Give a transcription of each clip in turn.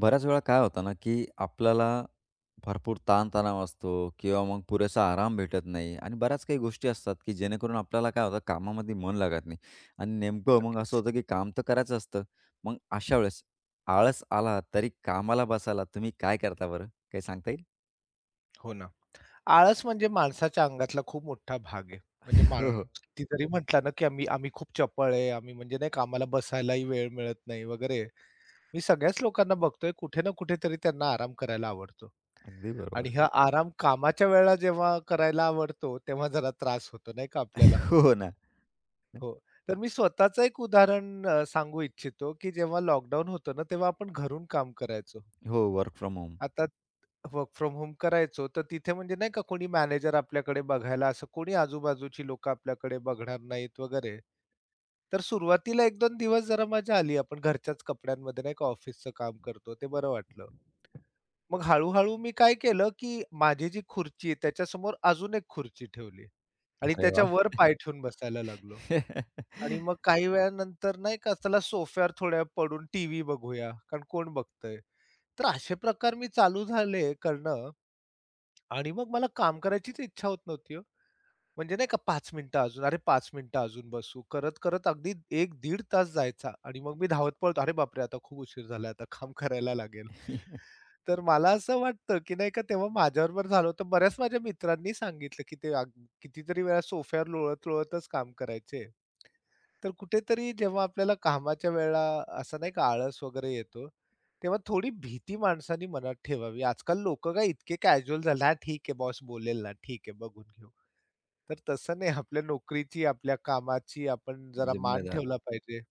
बऱ्याच वेळा काय होतं ना, की आपल्याला भरपूर ताणतणाव असतो किंवा मग पुरेसा आराम भेटत नाही आणि बऱ्याच काही गोष्टी असतात, की जेणेकरून आपल्याला काय होतं कामामध्ये मन लागत नाही आणि नेमकं मग असं नक्कीच. होतं, की काम तर करायचं असतं. मग अशा वेळेस आळस आला तरी कामाला बसायला तुम्ही काय करता बरं? काही सांगता येईल? हो ना. आळस म्हणजे माणसाच्या अंगातला खूप मोठा भाग आहे. म्हणजे हो, हो. माणूस कितीतरी म्हटला ना, की आम्ही आम्ही खूप चपळ आहे. आम्ही म्हणजे नाही का आम्हाला बसायलाही वेळ मिळत नाही वगैरे. मी सगळ्याच लोकांना बघतोय कुठे ना कुठेतरी त्यांना आराम करायला आवडतो. अगदी आणि बरोबर. हा आराम कामाच्या वेळेला जेव्हा करायला आवडतो, तेव्हा जरा त्रास होतो नाही का आपल्याला. हो ना. हो. तर मी स्वतःचं एक उदाहरण सांगू इच्छितो, की जेव्हा लॉकडाऊन होतं ना, तेव्हा आपण घरून काम करायचो. हो, वर्क फ्रॉम होम. आता वर्क फ्रॉम होम करायचो, तर तिथे म्हणजे नाही का कोणी मॅनेजर आपल्याकडे बघायला, असं कोणी आजूबाजूची लोकं आपल्याकडे बघणार नाहीत वगैरे. तर सुरुवातीला 1-2 दिवस जरा मजा आली. आपण घरच्याच कपड्यांमध्ये नाही का ऑफिसचं काम करतो, ते बरं वाटलं. मग हळू मी काय केलं, की माझी जी खुर्ची आहे त्याच्यासमोर अजून एक खुर्ची ठेवली आणि अरे त्याच्यावर वाह! पाय ठेवून बसायला लागलो. आणि मग काही वेळानंतर नाही का, चला सोफ्यावर थोड्या वेळ पडून टीव्ही बघूया, कारण कोण बघतंय. तर असे प्रकार मी चालू झाले करणं आणि मग मला काम करायचीच इच्छा होत नव्हती हो. म्हणजे नाही का 5 मिनिटं अजून, अरे 5 मिनिटं अजून बसू, करत-करत अगदी 1-1.5 तास जायचा आणि मग मी धावत पळत, "अरे बापरे! आता खूप उशीर झाला, आता काम करायला लागेल." तर मला असं वाटतं, की नाही का तेव्हा माझ्याबरोबर झालं होतं. बऱ्याच माझ्या मित्रांनी सांगितलं, की ते कितीतरी वेळा सोफ्यावर लोळत-लोळतच काम करायचे. तर कुठेतरी जेव्हा आपल्याला कामाच्या वेळेला असं नाही का आळस वगैरे येतो, तेव्हा थोडी भीती माणसाने मनात ठेवावी. आजकाल लोकं काय इतके कॅज्युअल झाले, "हां, ठीक आहे बॉस बोलेल ना, ठीक आहे बघून घेऊ." तर तसं नाही आपल्या नोकरीची, आपल्या कामाची आपण जरा मान जिम्मेदार. ठेवला पाहिजे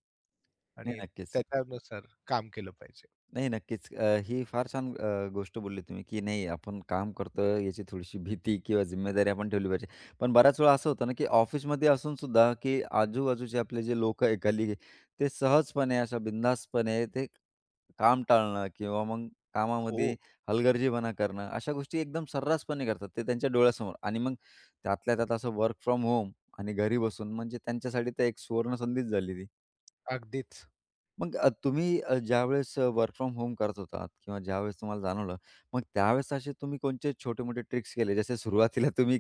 नाही, आणि नक्कीच. त्याच्यानुसार काम केलं पाहिजे. नाही, नक्कीच. ही फार छान गोष्ट बोलली तुम्ही, की नाही आपण काम करतोय याची थोडीशी भीती किंवा जिम्मेदारी आपण ठेवली पाहिजे. पण बऱ्याच वेळा असं होतं ना, की ऑफिसमध्ये असून सुद्धा, की आजूबाजूचे आपले जे लोकं आहे कलीग आहे, ते सहजपणे अशा बिनधास्तपणे ते काम टाळणं किंवा मग कामामध्ये हो, हलगर्जीपणा करणं, अशा गोष्टी एकदम सर्रासपणे करतात. ते त्यांच्या डोळ्यासमोर आणि मग त्यातल्या त्यात असं वर्क फ्रॉम होम आणि घरी बसून म्हणजे त्यांच्यासाठी तर एक सुवर्णसंधीच झाली ती. अगदीच. मग तुम्ही ज्यावेळेस वर्क फ्रॉम होम करत होतात किंवा ज्यावेळेस तुम्हाला जाणवलं, मग त्यावेळेस असे तुम्ही कोणते छोटे-मोठे ट्रिक्स केले? जसे सुरुवातीला तुम्ही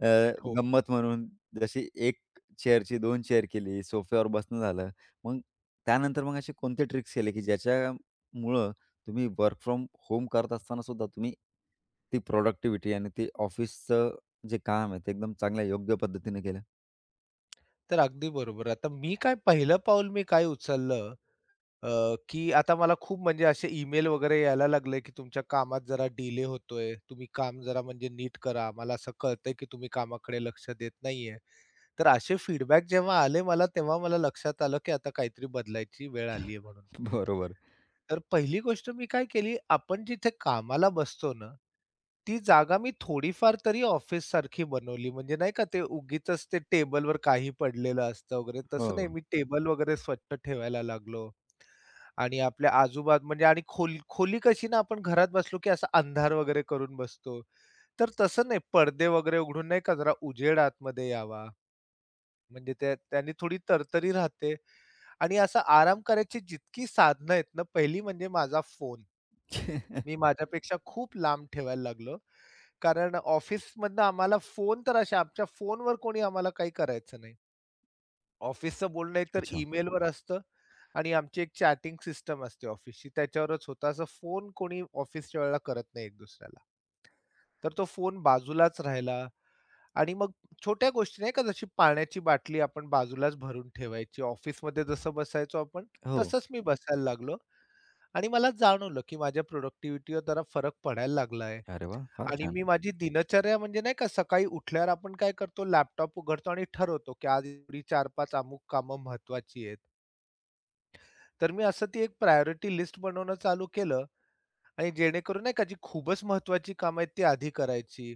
अ, हो, गंमत म्हणून जशी 1 चेअरची 2 चेअर केली, सोफ्यावर बसणं झालं. मग त्यानंतर मग असे कोणते ट्रिक्स केले, की ज्याच्यामुळं तुम्ही वर्क फ्रॉम होम करत असताना सुद्धा तुम्ही ती प्रॉडक्टिव्हिटी आणि ते ऑफिसचं जे काम आहे, ते एकदम चांगल्या योग्य पद्धतीने केलं? तर अगदी बरोबर. आता मी काय पहिलं पाऊल मी काय उचललं अ, की आता मला खूप म्हणजे असे ईमेल वगैरे यायला लागले, की तुमच्या कामात जरा डिले होतोय. तुम्ही काम जरा म्हणजे नीट करा. आम्हाला असं कळतंय, की तुम्ही कामाकडे लक्ष देत नाहीये. तर असे फीडबॅक जेव्हा आले मला, तेव्हा मला लक्षात आलं, की आता काहीतरी बदलायची वेळ आली आहे म्हणून. बरोबर. तर पहिली गोष्ट मी काय केली, आपण जिथे कामाला बसतो ना, ती जागा मी थोडीफार तरी ऑफिससारखी बनवली. म्हणजे नाही का ते उगीचच ते टेबलवर काही पडलेलं असतं वगैरे, हो. तसं नाही. मी टेबल वगैरे स्वच्छ ठेवायला लागलो. आणि आपल्या आजूबाज म्हणजे आणि खोली कशी ना आपण घरात बसलो की असा अंधार वगैरे करून बसतो. तर तसं नाही पडदे वगैरे उघडून नाही का जरा उजेड आतमध्ये यावा. म्हणजे त्या त्याने थोडी तरतरी राहते आणि असा आराम करायची जितकी साधनं आहेत ना, पहिली म्हणजे माझा फोन. मी माझ्यापेक्षा खूप लांब ठेवायला लागलो. कारण ऑफिसमधनं आम्हाला फोन तर अशा आमच्या फोनवर कोणी आम्हाला काही करायचं नाही. ऑफिसचं बोलणं एकतर अच्छा. ईमेलवर असतं आणि आमची एक चॅटिंग सिस्टम असते ऑफिसची त्याच्यावरच होतं. असं फोन कोणी ऑफिसच्या वेळेला करत नाही एक दुसऱ्याला. तर तो फोन बाजूलाच राहिला आणि मग छोट्या गोष्टी नाही का जशी पाण्याची बाटली आपण बाजूलाच भरून ठेवायची. ऑफिसमध्ये जसं बसायचो आपण हो. तसंच मी बसायला लागलो आणि मला जाणवलं, की माझ्या प्रॉडक्टिव्हिटीवर जरा फरक पडायला लागला आहे अरे वाह! फार आणि छान. मी माझी दिनचर्या म्हणजे नाही का सकाळी उठल्यावर आपण काय करतो लॅपटॉप उघडतो आणि ठरवतो, की आज एवढी 4-5 अमुक कामं महत्त्वाची आहेत. तर मी असं ती एक प्रायोरिटी लिस्ट बनवणं चालू केलं आणि जेणेकरून नाही का जी खूपच महत्वाची कामं आहेत ती आधी करायची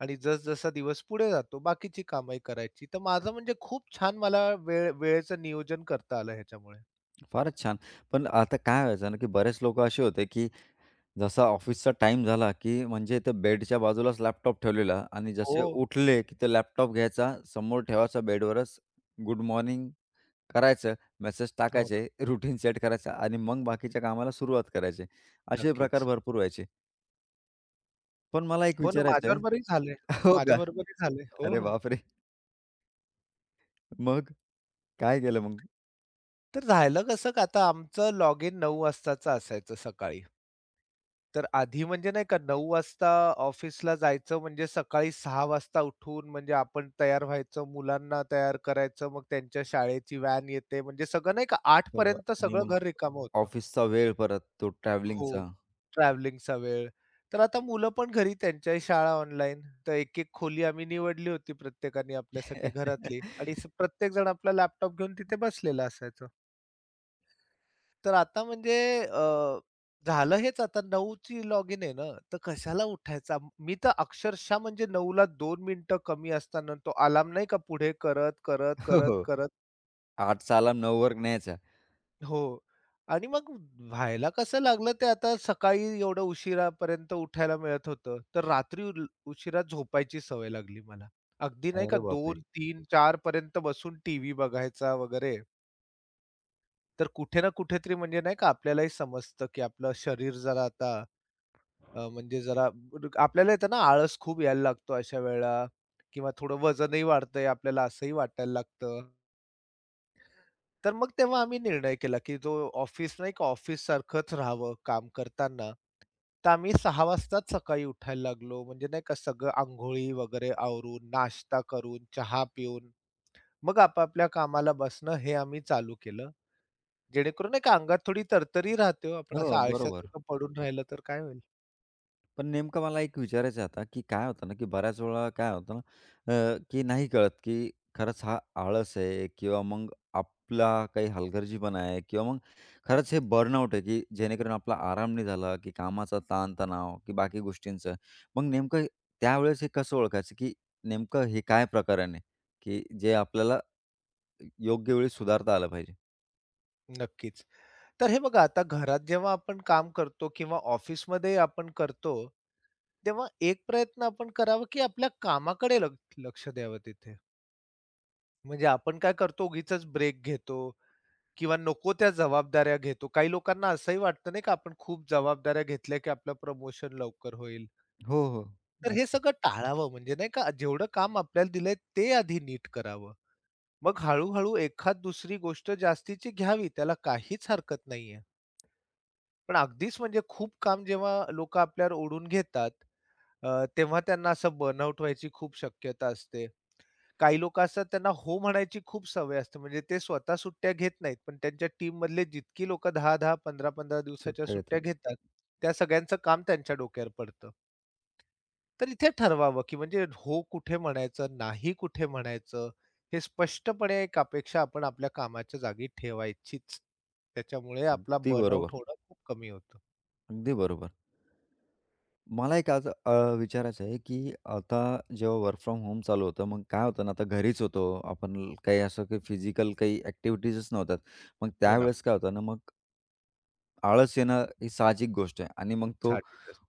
आणि जसजसा दिवस पुढे जातो बाकीची कामही करायची. तर माझं म्हणजे खूप छान मला वेळ वेळेचं नियोजन करता आलं ह्याच्यामुळे. फारच छान. पण आता काय व्हायचं ना, की बरेच लोकं असे होते, की जसा ऑफिसचा टाइम झाला, की म्हणजे ते बेडच्या बाजूलाच लॅपटॉप ठेवलेला आणि हो, जसे उठले, की ते लॅपटॉप घ्यायचा, समोर ठेवायचा बेडवरच, गुड मॉर्निंग करायचं, मेसेज हो. टाकायचे, रूटीन सेट करायचा आणि मग बाकीच्या कामाला सुरुवात करायची. असे प्रकार नक्कीच. भरपूर व्हायचे. पण मला एक हो ना, विचारायचं आहे. माझ्याबरोबरही झालंय. हो का? माझ्याबरोबरही झालंय. हो, अरे हो. बापरे! मग काय केलं मग. तर झालं कसं का आता आमचं लॉगिन 9:00 वाजताचं असायचं सकाळी. तर आधी म्हणजे नाही का 9 वाजता ऑफिसला जायचं म्हणजे सकाळी 6 वाजता उठून म्हणजे आपण तयार व्हायचं, मुलांना तयार करायचं, मग त्यांच्या शाळेची व्हॅन येते म्हणजे सगळं नाही का 8 सगळं पर्यंत आणि सगळं मग घर रिकामं होतं. ऑफिसचा वेळ परत तो हो, ट्रॅव्हलिंगचा? ट्रॅव्हलिंगचा वेळ. तर आता मुलं पण घरी त्यांच्याही शाळा ऑनलाईन. तर एक-एक खोली आम्ही निवडली होती प्रत्येकाने आपल्यासाठी घरातली आणि प्रत्येक जण आपला लॅपटॉप घेऊन तिथे बसलेला असायचं. तर आता म्हणजे अ, झालं हेच आता 9ची लॉगिन आहे ना, तर कशाला उठायचा? मी तर अक्षरशः म्हणजे 9ला दोन मिनिटं कमी असताना तो अलार्म नाही का पुढे करत, करत, हो, करत, हो. करत 8चा अलार्म 9वर न्यायचा. हो. आणि मग व्हायला कसं लागलं ते आता सकाळी एवढं उशिरापर्यंत उठायला मिळत होतं, तर रात्री उशिरा झोपायची सवय लागली मला. अगदी नाही का अरे बापरे! 2, 3, 4 पर्यंत बसून टीव्ही बघायचा वगैरे. तर कुठे ना कुठेतरी म्हणजे नाही का आपल्यालाही समजतं, की आपलं शरीर जरा आता म्हणजे जरा आपल्याला येतं ना आळस खूप यायला लागतो अशा वेळेला किंवा थोडं वजनही वाढतंय आपल्याला असंही वाटायला लागतं. तर मग तेव्हा आम्ही निर्णय केला, की जो ऑफिस नाही का ऑफिस सारखंच राहावं काम करताना. तर आम्ही 6:00 वाजताच सकाळी उठायला लागलो. म्हणजे नाही का सगळं अंघोळी वगैरे आवरून, नाश्ता करून, चहा पिऊन, मग आपापल्या कामाला बसणं हे आम्ही चालू केलं. जेणेकरून नाही का अंगात थोडी तरतरी राहते हो. आपण हो, असं बरोबर. आळशासारखं पडून राहिलं तर काय होईल? पण नेमकं मला एक विचारायचं आहे आता, की काय होतं ना, की बऱ्याच वेळा काय होतं ना, की नाही कळत, की खरंच हा आळस आहे किंवा मग आपला काही हलगर्जीपणा आहे किंवा मग खरंच हे बर्नआउट आहे, की जेणेकरून आपला आराम नाही झाला, की कामाचा ताण-तणाव, की बाकी गोष्टींचं. मग नेमकं त्यावेळेस हे कसं ओळखायचं, की नेमकं हे काय प्रकरण आहे, की जे आपल्याला योग्य वेळी सुधारता आलं पाहिजे? नक्कीच. तर हे बघा आता घरात जेव्हा आपण काम करतो किंवा ऑफिसमध्ये आपण करतो, तेव्हा एक प्रयत्न आपण करावा, की आपल्या कामाकडे लक्ष द्यावं तिथे. म्हणजे आपण काय करतो उगीचच ब्रेक घेतो किंवा नको त्या जबाबदाऱ्या घेतो. काही लोकांना असंही वाटतं नाही का आपण खूप जबाबदाऱ्या घेतल्या, की आपलं प्रमोशन लवकर होईल. हो, हो. तर हे नक्की. सगळं टाळावं म्हणजे नाही का जेवढं काम आपल्याला दिलंय ते आधी नीट करावं. मग हळू एखाद दुसरी गोष्ट जास्तीची घ्यावी त्याला काहीच हरकत नाहीये. पण अगदीच म्हणजे खूप काम जेव्हा लोकं आपल्यावर ओढून घेतात, तेव्हा त्यांना असं बर्नआउट व्हायची खूप शक्यता असते. काही लोकं असतात त्यांना हो म्हणायची खूप सवय असते. म्हणजे ते स्वतः सुट्ट्या घेत नाहीत, पण त्यांच्या टीममधले जितकी लोकं 10-10, 15-15 दिवसाच्या सुट्ट्या सुट्ट्या घेतात. घेतात, त्या सगळ्यांचं काम त्यांच्या डोक्यावर पडतं. तर इथे ठरवावं, की म्हणजे हो कुठे म्हणायचं, नाही कुठे म्हणायचं, हे स्पष्टपणे एक अपेक्षा आपण आपल्या कामाच्या जागी ठेवायचीच. त्याच्यामुळे आपला अगदी बर्नआउट बरोबर. होणं खूप कमी होतं. अगदी बरोबर. मला एक आज विचारायचं आहे, की आता जेव्हा वर्क फ्रॉम होम चालू होतं, मग काय होतं ना, आता घरीच होतो. आपण काही असं काही फिजिकल काही ॲक्टिव्हिटीजच नव्हत्या. मग हो ना. त्यावेळेस काय होतं ना, मग आळस येणं ही साहजिक गोष्ट आहे आणि मग तो साहजिकच.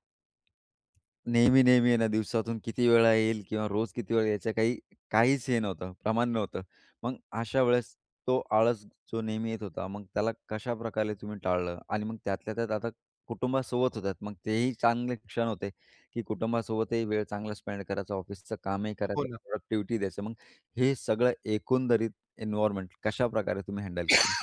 नेहमी, नेहमी आहे ना, दिवसातून किती वेळा येईल किंवा रोज किती वेळा याचं काही काहीच हे नव्हतं, प्रमाण नव्हतं. मग अशा वेळेस तो आळस जो नेहमी येत होता, मग त्याला कशाप्रकारे तुम्ही टाळलं? आणि मग त्यातल्या त्यात आता कुटुंबासोबत होतात, मग तेही चांगले क्षण होते, की कुटुंबासोबतही वेळ चांगला स्पेंड करायचा, ऑफिसचं कामही हो करायचं, ना. प्रॉडक्टिव्हिटी द्यायचं. मग हे सगळं एकंदरीत एन्व्हायर्नमेंट कशाप्रकारे तुम्ही हँडल केलं?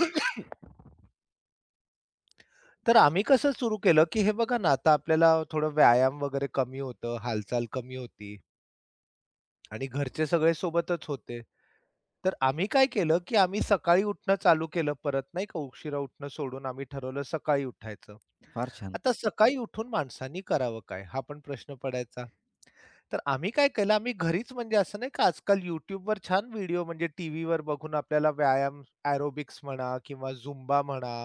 तर आम्ही कसं सुरू केलं, की हे बघा ना, आता आपल्याला थोडं व्यायाम वगैरे कमी होतं, हालचाल कमी होती आणि घरचे सगळे सोबतच होते. तर आम्ही काय केलं, की आम्ही सकाळी उठणं चालू केलं परत नाही का, उशिरा उठणं सोडून आम्ही ठरवलं सकाळी उठायचं. फार छान. आता सकाळी उठून माणसांनी करावं काय? हा पण प्रश्न पडायचा. तर आम्ही काय केलं, आम्ही घरीच म्हणजे असं नाही का आजकाल YouTubeवर छान व्हिडिओ म्हणजे टीव्हीवर बघून आपल्याला व्यायाम, एरोबिक्स म्हणा किंवा झुंबा म्हणा,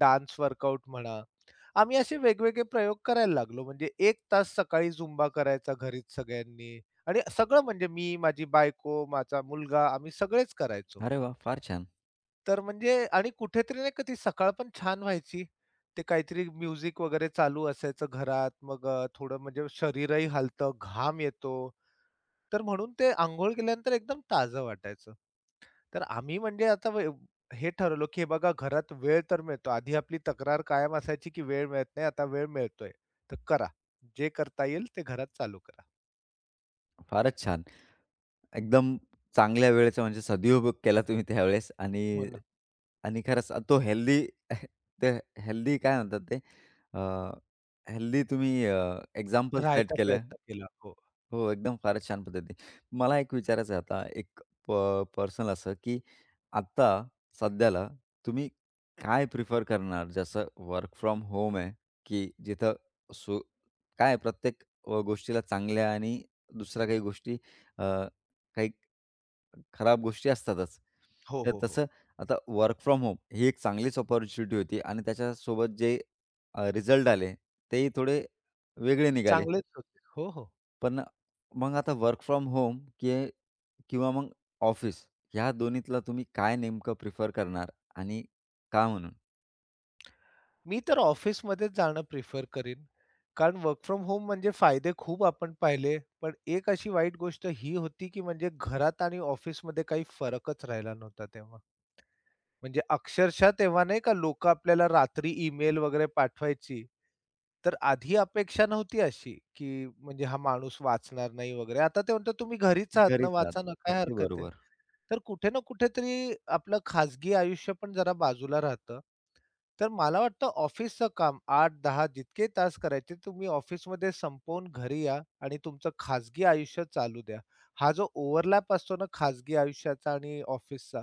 डान्स वर्कआउट म्हणा. आम्ही असे वेगवेगळे प्रयोग करायला लागलो. म्हणजे 1 तास सकाळी झुंबा करायचा घरीच सगळ्यांनी आणि सगळं म्हणजे मी, माझी बायको, माझा मुलगा आम्ही सगळेच करायचो. अरे वाह! फार छान. तर म्हणजे आणि कुठेतरी नाही का ती सकाळ पण छान व्हायची. ते काहीतरी म्युझिक वगैरे चालू असायचं घरात. मग थोडं म्हणजे शरीरही हलतं, घाम येतो. तर म्हणून ते अंघोळ केल्यानंतर एकदम ताजं वाटायचं. तर आम्ही म्हणजे आता हे ठरवलं, की हे बघा घरात वेळ तर मिळतो. आधी आपली तक्रार कायम असायची, की वेळ मिळत नाही, आता वेळ मिळतोय. तर करा. जे करता येईल ते घरात चालू करा. फारच छान. एकदम चांगल्या वेळेचा म्हणजे सदुपयोग केला तुम्ही त्यावेळेस हो आणि ना. आणि खरंच तो हेल्दी. ते हेल्दी काय म्हणतात ते हेल्दी तुम्ही एक्झाम्पल सेट राहायचा केलं. प्रयत्न केला. हो. हो, एकदम फारच छान पद्धती. मला एक विचारायचं आहे आता एक प पर्सनल असं, की आत्ता सध्याला तुम्ही काय प्रिफर करणार? जसं वर्क फ्रॉम होम आहे, की जिथं सु काय आहे प्रत्येक गोष्टीला चांगल्या आणि दुसऱ्या काही गोष्टी अ, काही खराब गोष्टी असतातच. हो, तर हो, हो. तसं आता वर्क फ्रॉम होम ही एक चांगलीच अपॉर्च्युनिटी होती आणि त्याच्यासोबत जे रिझल्ट आले तेही थोडे वेगळे निघाले. चांगलेच होते. हो, हो. पण मग आता वर्क फ्रॉम होम किंवा मग ऑफिस ह्या दोन्हीतला तुम्ही काय नेमकं प्रिफर करणार आणि का म्हणून? मी तर ऑफिसमध्येच जाणं प्रिफर करीन. कारण वर्क फ्रॉम होम म्हणजे फायदे खूप आपण पाहिले. पण एक अशी वाईट गोष्ट ही होती, की म्हणजे घरात आणि ऑफिसमध्ये काही फरकच राहिला नव्हता तेव्हा. म्हणजे अक्षरशः तेव्हा नाही का लोकं आपल्याला रात्री ईमेल वगैरे पाठवायची, तर आधी अपेक्षा नव्हती अशी, की म्हणजे हा माणूस वाचणार नाही वगैरे. आता ते म्हणतात, "तुम्ही घरीच आहात ना, घरीच आहात. वाचा ना, काय अगदी हरकत आहे?" बरोबर. तर कुठे ना कुठेतरी आपलं खाजगी आयुष्य पण जरा बाजूला राहतं तर मला वाटतं ऑफिसचं काम 8-10 जितके तास करायचे तुम्ही ऑफिसमध्ये संपवून घरी या आणि तुमचं खाजगी आयुष्य चालू द्या. हा जो ओव्हरलॅप असतो ना खाजगी आयुष्याचा आणि ऑफिसचा,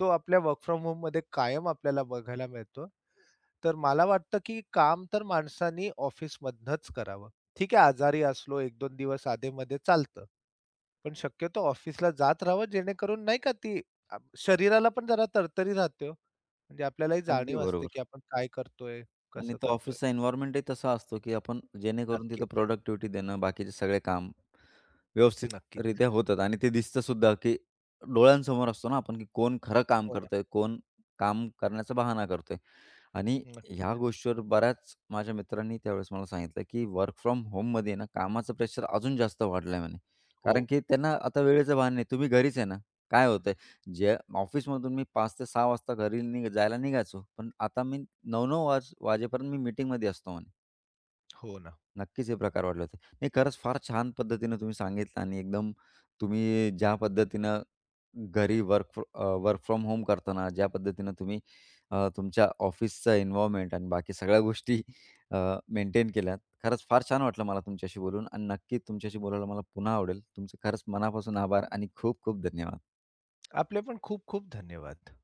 तो आपल्या वर्क फ्रॉम होममध्ये कायम आपल्याला बघायला मिळतो. तर मला वाटतं की काम तर माणसानी ऑफिसमधनंच करावं. ठीक आहे आजारी असलो 1-2 दिवस आधेमध्ये चालतं. पण शक्यतो ऑफिसला जात राहावं जेणेकरून नाही का ती शरीराला पण जरा तरतरी राहते हो. म्हणजे आपल्यालाही अगदी जाणीव असते, बरोबर. की आपण काय करतोय, आणि कसं तो करतोय. ऑफिसचा एन्व्हायर्नमेंटही तसा असतो, की आपण जेणेकरून तिथं नक्कीच, प्रॉडक्टिव्हिटी देणं, बाकीचे सगळे काम नक्कीच. व्यवस्थितरित्या होतात आणि ते दिसतं सुद्धा, की डोळ्यांसमोर असतो ना आपण, की कोण खरं काम हो ना. करतंय, कोण काम करण्याचा बहाणा करतोय. आणि ह्या नक्कीच. गोष्टीवर बऱ्याच माझ्या मित्रांनी त्यावेळेस मला सांगितलं, की वर्क फ्रॉम होममध्ये ना कामाचं प्रेशर अजून जास्त वाढलंय म्हणे. कारण हो, की त्यांना आता वेळेचं भान नाही. तुम्ही घरीच आहे ना, काय होतंय? जे ऑफिसमधून मी 5 ते 6 वाजता घरी जायला निघायचो. पण आता मी 9-9 वाजेपर्यंत मी मीटिंगमध्ये असतो म्हणे. हो ना. नक्कीच हे प्रकार वाढले होते. नाही खरंच फार छान पद्धतीनं तुम्ही सांगितलं आणि एकदम तुम्ही ज्या पद्धतीनं घरी वर्क फ्रॉम होम करताना ज्या पद्धतीनं तुम्ही तुमच्या ऑफिसचं एन्व्हायर्नमेंट आणि बाकी सगळ्या गोष्टी मेंटेन केल्यात. खरंच फार छान वाटलं मला तुमच्याशी बोलून आणि नक्की तुमच्याशी बोलायला मला पुन्हा आवडेल. तुमचे खरंच मनापासून आभार आणि खूप खूप धन्यवाद. आपले पण खूप खूप धन्यवाद.